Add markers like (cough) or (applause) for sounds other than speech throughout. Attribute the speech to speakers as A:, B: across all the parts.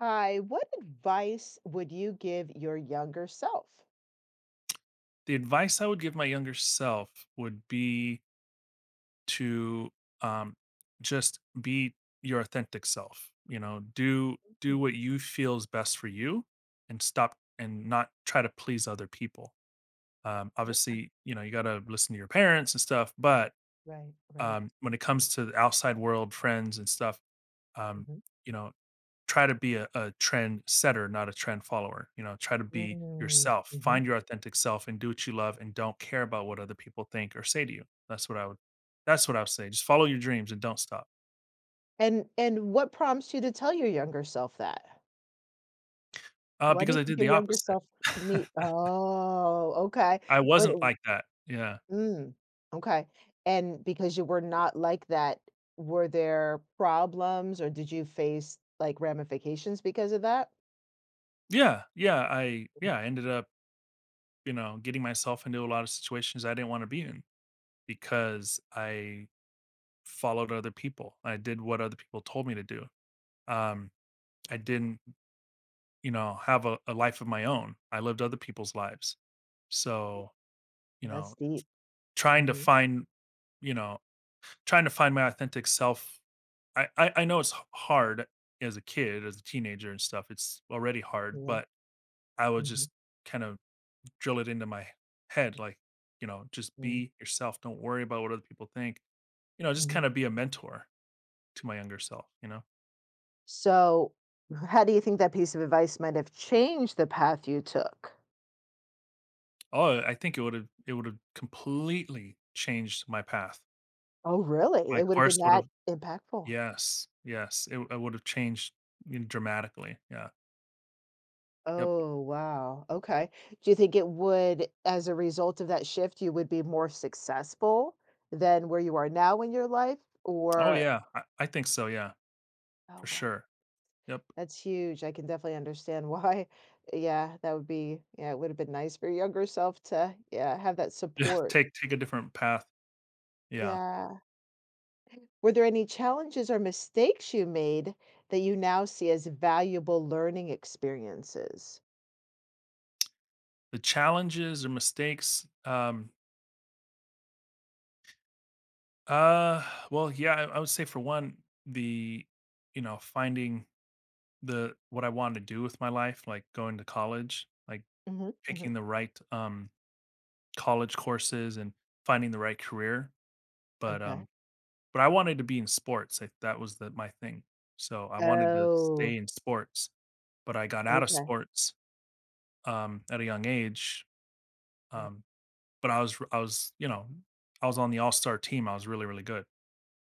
A: Hi, what advice would you give your younger self?
B: The advice I would give my younger self would be to um, just be your authentic self. You know, do
A: Mm.
B: what you feel is best for you, and stop and not try to please other people.
A: Oops.
B: Obviously, you know you got to listen to your parents and stuff, but
A: Right, right.
B: when it comes to the outside world, friends and stuff, um,
A: Hmm.
B: you know, try to be a trend setter, not a trend follower. You know, try to be
A: Mm,
B: yourself,
A: hmm.
B: find your authentic self, and do what you love, and don't care about what other people think or say to you. That's what I would. That's what I would say. Just follow your dreams and don't stop.
A: And what prompts you to tell your younger self that? Why do
B: Because
A: you
B: I
A: think
B: did
A: your
B: the
A: younger
B: opposite.
A: self need?
B: (laughs)
A: Oh, okay.
B: I
A: What?
B: wasn't like that. Yeah,
A: Mm, okay. And because you were not like that, were there problems or did you face like ramifications because of that?
B: yeah, yeah. I ended up you know getting myself into a lot of situations I didn't want to be in because I followed other people. I did what other people told me to do. Um, I didn't you know, have a life of my own. I lived other people's lives. So, you
A: Well, that's
B: know,
A: deep.
B: trying to
A: Hmm.
B: find, you know, trying to find my authentic self. I know it's hard as a kid, as a teenager and stuff. It's already hard,
A: Yeah.
B: but I would
A: Hmm.
B: just kind of drill it into my head, like, you know, just be yourself. Don't worry about what other people think. You know, just
A: Mm.
B: kind of be a mentor to my younger self, you know?
A: So, how do you think that piece of advice might have changed the path you took?
B: Oh, I think it would have completely changed my path.
A: Oh, really?
B: My
A: It would have
B: course
A: been
B: would have
A: that impactful.
B: Yes, yes, it would have changed, you know, dramatically, yeah, yep.
A: Oh, wow. Okay. Do you think it would, as a result of that shift, you would be more successful than where you are now in your life?
B: Oh,
A: Or,
B: yeah, I think so, yeah, for
A: oh, wow,
B: sure, yep. (laughs)
A: that's huge. I can definitely understand why. (laughs) Yeah, that would be, yeah, it would have been nice for your younger self to, yeah, have that
B: Yeah,
A: support.
B: take a different path, yeah.
A: Yeah. Were there any challenges or mistakes you made that you now see as valuable learning experiences?
B: The challenges or mistakes, uh, well, yeah, I would say for one, the you know, finding the what I wanted to do with my life, like going to college, like
A: Mhm, mhm.
B: picking the right, college courses and finding the right career, but,
A: Okay.
B: um but I wanted to be in sports, like, that was the my thing. So, I wanted to stay
A: Oh,
B: in sports, but I got out of
A: okay.
B: sports, at a young age,
A: Mm.
B: um, but I was, you know, I was on the all-star team, I was really, really good,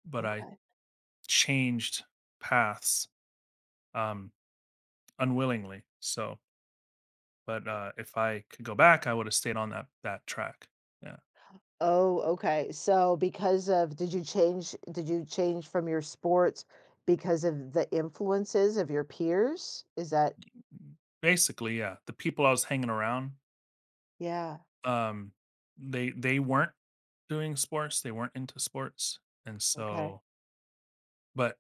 B: but I
A: Okay.
B: changed paths, um, unwillingly, so but, if I could go back, I woulda stayed on that track. Yeah.
A: Oh, okay. So because of did you change from your sports because of the influences of your peers? Is that
B: Basically, yeah, the people I was hanging around.
A: Yeah.
B: Um, they weren't doing sports, they weren't into sports, and
A: Okay.
B: so but,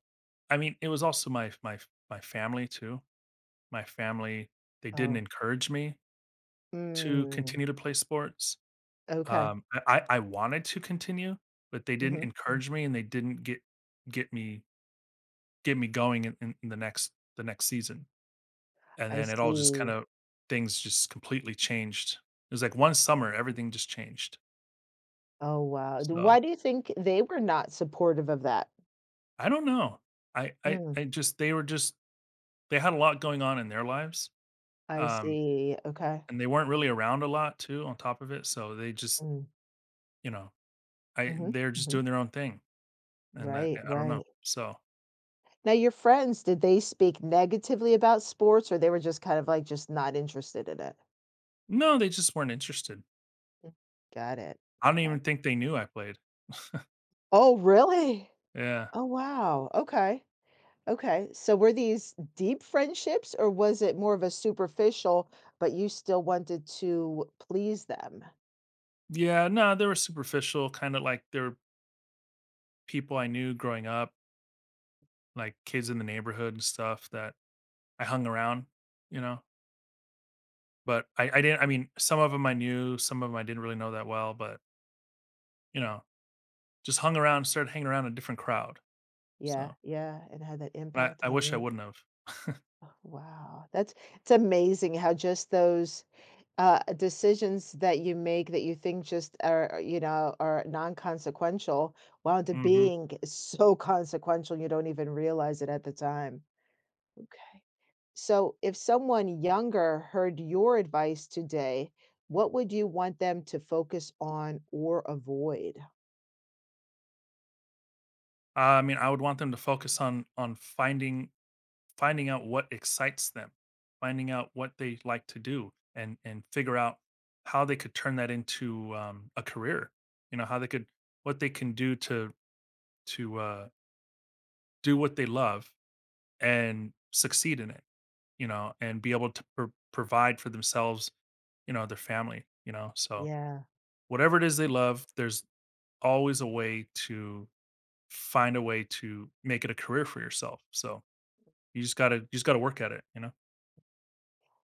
B: I mean, it was also my my family too. My family, they didn't
A: Oh.
B: encourage me to
A: Mm,
B: continue to play sports.
A: okay.
B: I wanted to continue, but they didn't
A: Hmm.
B: encourage me and they didn't get me get me going in the next season, and
A: I
B: then it all just
A: see.
B: kinda things just completely changed. It was like one summer, everything just changed,
A: Oh, wow.
B: so
A: Why do you think they were not supportive of that?
B: I don't know. I I
A: Mm.
B: I just they were just they had a lot going on in their lives,
A: I
B: um,
A: see, okay.
B: and they weren't really around a lot too on top of it, so they just,
A: Mm,
B: you know, I
A: mhm,
B: they're just
A: mhm.
B: doing their own thing, and
A: Right,
B: I don't know.
A: right.
B: So,
A: Now your friends, did they speak negatively about sports or they were just kind of, like, just not interested in it?
B: no, they just weren't interested.
A: Mm, got it,
B: I don't
A: okay.
B: even think they knew I played.
A: Oh, really?
B: Yeah.
A: Oh, wow, okay, okay. So were these deep friendships or was it more of a superficial, but you still wanted to please them?
B: Yeah, no, they were superficial, kinda like they were people I knew growing up, like kids in the neighborhood and stuff that I hung around, you know? But I didn't I mean, some of them I knew, some of them I didn't really know that well, but, you know just hung around, started hanging around a different crowd,
A: Yeah,
B: so,
A: yeah, and had that
B: and
A: impact
B: I
A: on
B: wish I
A: you.
B: wouldn't have.
A: Wow, that's it's amazing how just those decisions that you make that you think just are non-consequential wound up
B: Mhm.
A: being (laughs) so consequential you don't even realize it at the time. Okay. So, if someone younger heard your advice today, what would you want them to focus on or avoid?
B: I mean, I would want them to focus on finding out what excites them, finding out what they like to do, and figure out how they could turn that into, a career, you know, how they could what they can do to to, uh, do what they love and succeed in it, you know, and be able to provide for themselves, you know, their family, you know, so
A: Yeah.
B: whatever it is they love, there's always a way to find a way to make it a career for yourself. So you just gotta work at it, you know?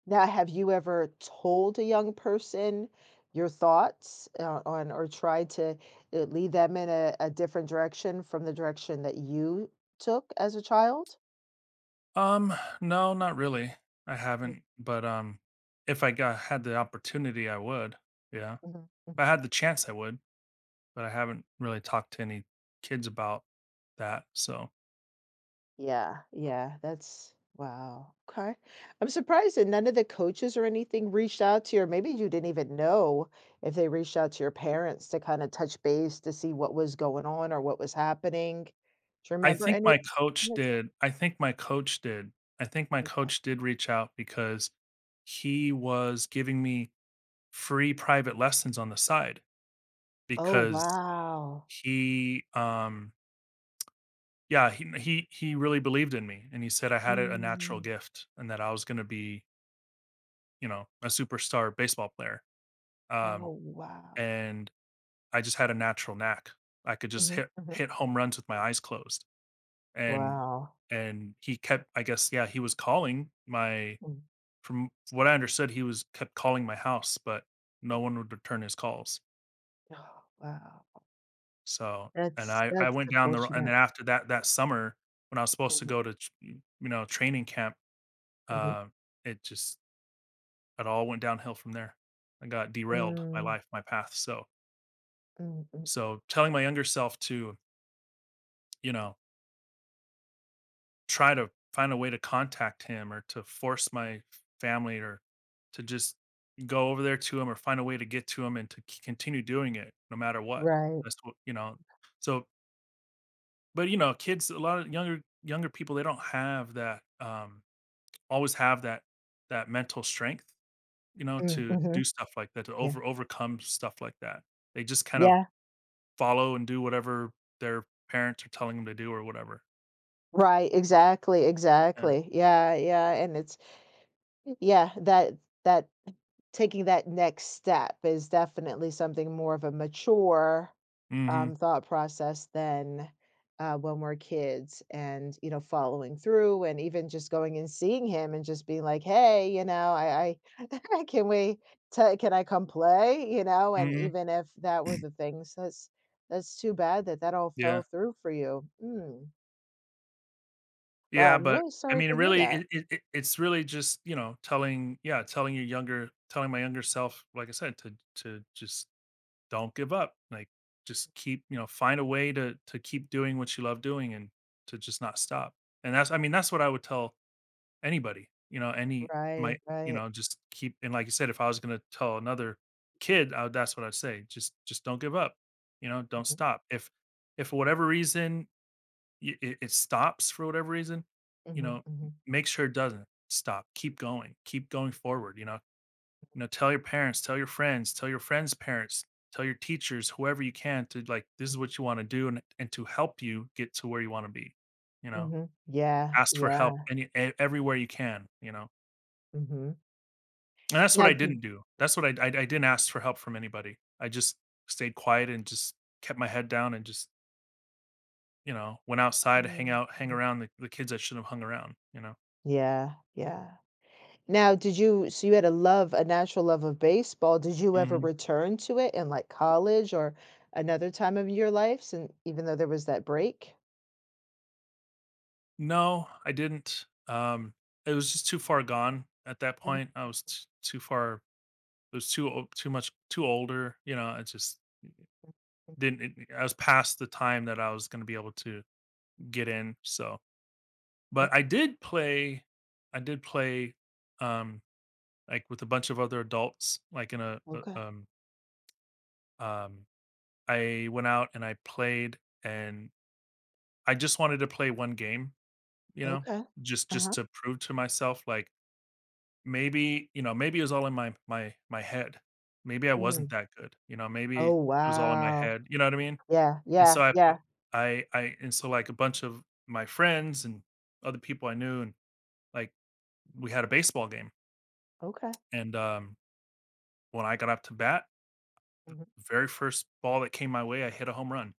A: Now, have you ever told a young person your thoughts on or tried to lead them in a different direction from the direction that you took as a child?
B: Um, no, not really. I
A: Mm,
B: haven't, but if I got had the opportunity I would. Yeah. If
A: mhm, mhm.
B: I had the chance I would, but I haven't really talked to any kids about that. So
A: Yeah, yeah, that's wow. Okay. I'm surprised that none of the coaches or anything reached out to you, or maybe you didn't even know if they reached out to your parents to kind of touch base to see what was going on or what was happening. Do you
B: I
A: remember
B: think
A: any
B: my coach
A: of
B: did. I think my coach did. I think my
A: time?
B: coach did reach out because he was giving me free private lessons on the side
A: Oh,
B: because
A: wow.
B: He, um yeah, he really believed in me, and he said I had a natural
A: Mm.
B: gift and that I was gonna be, you know, a superstar baseball player, um,
A: Oh, wow.
B: and I just had a natural knack. I could just
A: Mhm, mhm.
B: hit home runs with my eyes closed, and
A: Wow.
B: and he kept I guess, yeah, he was calling my
A: Mm.
B: from what I understood, he was kept calling my house, but no
A: Mm.
B: one would return his calls.
A: (gasps) Oh, wow.
B: So, and
A: That's
B: I
A: that's
B: went down the ro and then
A: unfortunate.
B: after that summer, when I was supposed to
A: Mhm,
B: go to tr you know, training camp,
A: mhm.
B: uh, it just it all went downhill from there. I got derailed, my
A: Mm,
B: life, my path, so
A: mm, mm.
B: so telling my younger self to, you know, try to find a way to contact him or to force my family or to just go over there to him or find a way to get to him and to c continue doing it no matter what.
A: Right.
B: That's what you know, so But, you know, kids a lot of younger younger people, they don't have that, always have that mental strength, you know,
A: Mm,
B: to do
A: mhm.
B: stuff like that, to
A: Yeah.
B: overcome stuff like that. They just kind of
A: Yeah.
B: follow and do whatever their parents are telling them to do or whatever.
A: Right, exactly,
B: Yeah.
A: exactly. Yeah, yeah, and it's, yeah, that taking that next step is definitely something more of a mature
B: Mhm.
A: thought process than when we're kids and following through and even just going and seeing him and just being like hey I (laughs) can we can I come play, you know, and
B: Mhm.
A: even if that were the things that's too bad that that all
B: Yeah.
A: fell through for you Wow,
B: Yeah,
A: I'm
B: but,
A: really
B: I
A: sorry
B: mean,
A: to hear
B: really,
A: that.
B: it's really just, you know, telling yeah, telling your younger telling my younger self, like I said, to just don't give up. Like just keep, you know, find a way to keep doing what you love doing and to just not stop. And that's I mean, that's what I would tell anybody, you know, any
A: Right,
B: my you
A: right.
B: know, just keep and like you said, if I was gonna tell another kid, that's what I'd say. Just don't give up. You know, don't
A: Hmm.
B: stop. If for whatever reason it stops for whatever reason, you
A: Hmm.
B: know,
A: Hmm.
B: make sure it doesn't stop. Keep going. Keep going forward. You know, tell your parents, tell your friends' parents, tell your teachers, whoever you can to like this is
A: Hmm.
B: what you want to do and to help you get to where you want to be. You know,
A: Hmm. Yeah,
B: ask for help
A: yeah.
B: any everywhere you can, you know.
A: Hmm.
B: And that's what
A: Yeah.
B: I didn't do. That's what I didn't ask for help from anybody. I just stayed quiet and just kept my head down and just, you know, went outside to hang
A: Mm,
B: out, hang
A: mm.
B: around the kids I shouldn't have hung around, you know.
A: Yeah, yeah. Now, did you so you had a natural love of baseball, did you ever
B: Hmm.
A: return to it in, like, college or another time of your life sin even though there was that break?
B: No, I didn't. It was just too far gone at that
A: Mm,
B: point. I was t- too far It was too much too older, you know, I just
A: mhm,
B: didn't it I was past the time that I was gonna be able to get in, so
A: mm,
B: but I did play, um, like, with a bunch of other adults, like, in a
A: okay,
B: um, I went out and I played, and I just wanted to play one game, you know,
A: okay.
B: just
A: Uh-huh,
B: to prove to myself, like, maybe, you know, maybe it was all in my my head. Maybe I wasn't
A: mm.
B: that good, you know, maybe
A: Oh,
B: it was all in my
A: wow.
B: head, you know what I mean?
A: Yeah,
B: And so
A: yeah,
B: I put
A: yeah.
B: I and so, like, a bunch of my friends and other people I knew and, like, we had a baseball game,
A: Okay.
B: and, when I got up to bat,
A: Mhm.
B: very first ball that came my way, I hit a home run,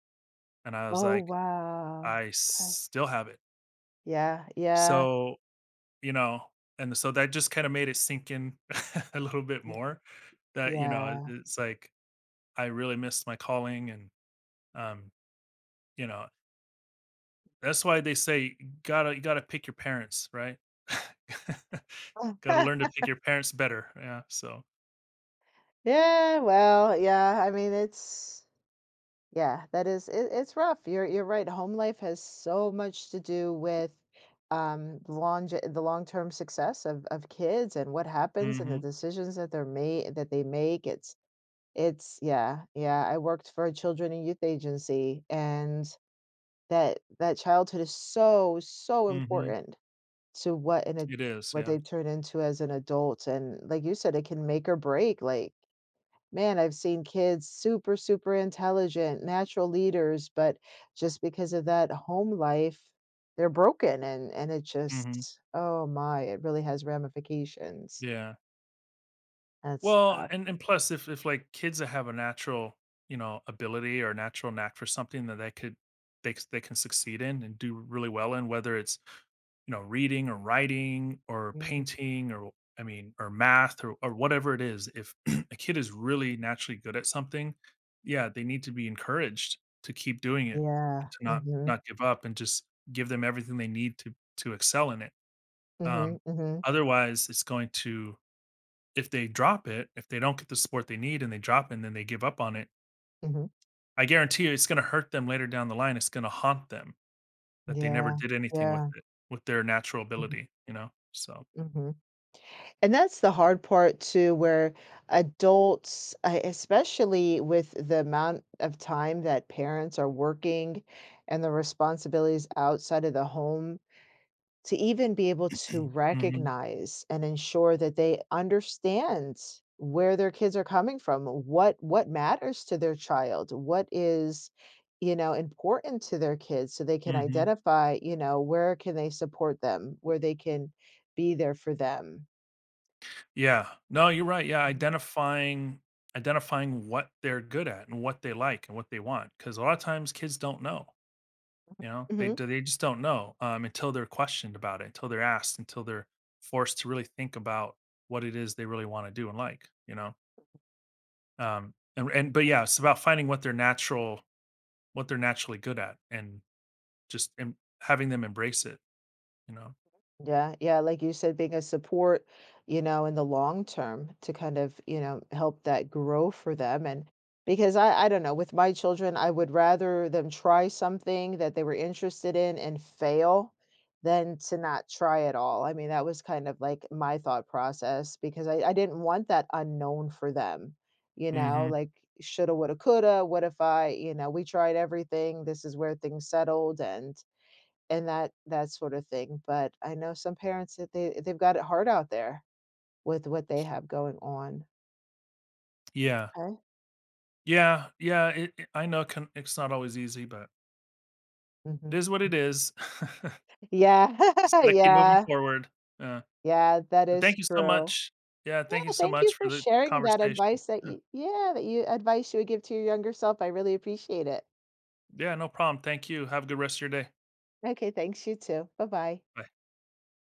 B: and I was
A: Oh,
B: like,
A: wow.
B: "I
A: Okay.
B: still have it."
A: Yeah, yeah,
B: So, you know and so that just kinda made it sink in (laughs) a little bit
A: y
B: more that, you know,
A: yeah.
B: it's like, I really missed my calling and, um, you know, that's why they say gotta you gotta pick your parents, right? (laughs) Gotta learn to
A: (laughs)
B: pick your parents better, yeah, so
A: Yeah, well, yeah, I mean, it's Yeah, that is it, it's rough. You're right. Home life has so much to do with the long-term success of kids and what happens and the
B: mhm,
A: decisions that they make. It's, yeah, yeah. I worked for a children and youth agency and that childhood is so so
B: mhm,
A: important to what an
B: it is,
A: what
B: yeah,
A: they turn into as an adult, and like you said, it can make or break, like, man, I've seen kids super, super intelligent, natural leaders, but just because of that home life, they're broken, and it
B: mhm,
A: just oh my, it really has ramifications.
B: yeah.
A: That's
B: Well,
A: tough.
B: and plus if, like, kids that have a natural, you know, ability or natural knack for something that they could they can succeed in and do really well in, whether it's you know, reading or writing or
A: Mm,
B: painting or I mean, or math or whatever it is, if (clears throat) a kid is really naturally good at something, yeah, they need to be encouraged to keep doing it and
A: yeah.
B: to
A: Mhm.
B: not give up and just give them everything they need to excel in it. Um,
A: Mhm. Mhm.
B: Otherwise, it's going to if they drop it, if they don't get the support they need and they drop it and then they give up on it,
A: Mhm.
B: I guarantee you it's going to hurt them later down the line. It's going to haunt them that they never
A: Yeah.
B: did anything with
A: Yeah.
B: it, with their natural
A: Mhm.
B: ability, you know? So
A: Mhm. And that's the hard part too, where adults, especially with the amount of time that parents are working and the responsibilities outside of the home, to even be able to
B: mhm,
A: recognize and ensure that they understand where their kids are coming from, what matters to their child, what is important to their kids so they can
B: mhm.
A: identify where can they support them where they can be there for them.
B: Yeah. No, you're right. Yeah,
A: Mhm.
B: identifying what they're good at and what they like and what they want because a lot of times kids don't know, you know?
A: Mhm.
B: They just don't know, until they're questioned about it, until they're asked, until they're forced to really think about what it is they really wanna do and like, you know? And but, yeah, it's about finding what they're naturally good at and just having them embrace it, you know?
A: Yeah, yeah, like you said, being a support, in the long term to kind of, help that grow for them. And because I don't know, with my children, I would rather them try something that they were interested in and fail than to not try at all. I mean, that was kind of like my thought process because I didn't want that unknown for them,
B: Mhm.
A: like, shoulda, woulda, coulda, what if we tried everything, this is where things settled and that sort of thing. But I know some parents that they've got it hard out there with what they have going on.
B: Yeah.
A: Okay.
B: Yeah, yeah, it I know can it's not always easy, but it
A: Mhm.
B: is what it is. (laughs)
A: Yeah.
B: Just
A: (laughs)
B: gotta keep moving
A: Yeah.
B: forward. Yeah.
A: Yeah, that
B: But
A: is
B: thank you so
A: true.
B: much. Yeah, thank you
A: Yeah,
B: so
A: thank you
B: much for
A: for
B: the
A: sharing that
B: conversation.
A: advice that
B: Yeah.
A: you yeah, that you advice you would give to your younger self. I really appreciate it.
B: Yeah, no problem. Thank you. Have a good rest of your day.
A: Okay, thanks, you too. Bye-bye.
B: Bye.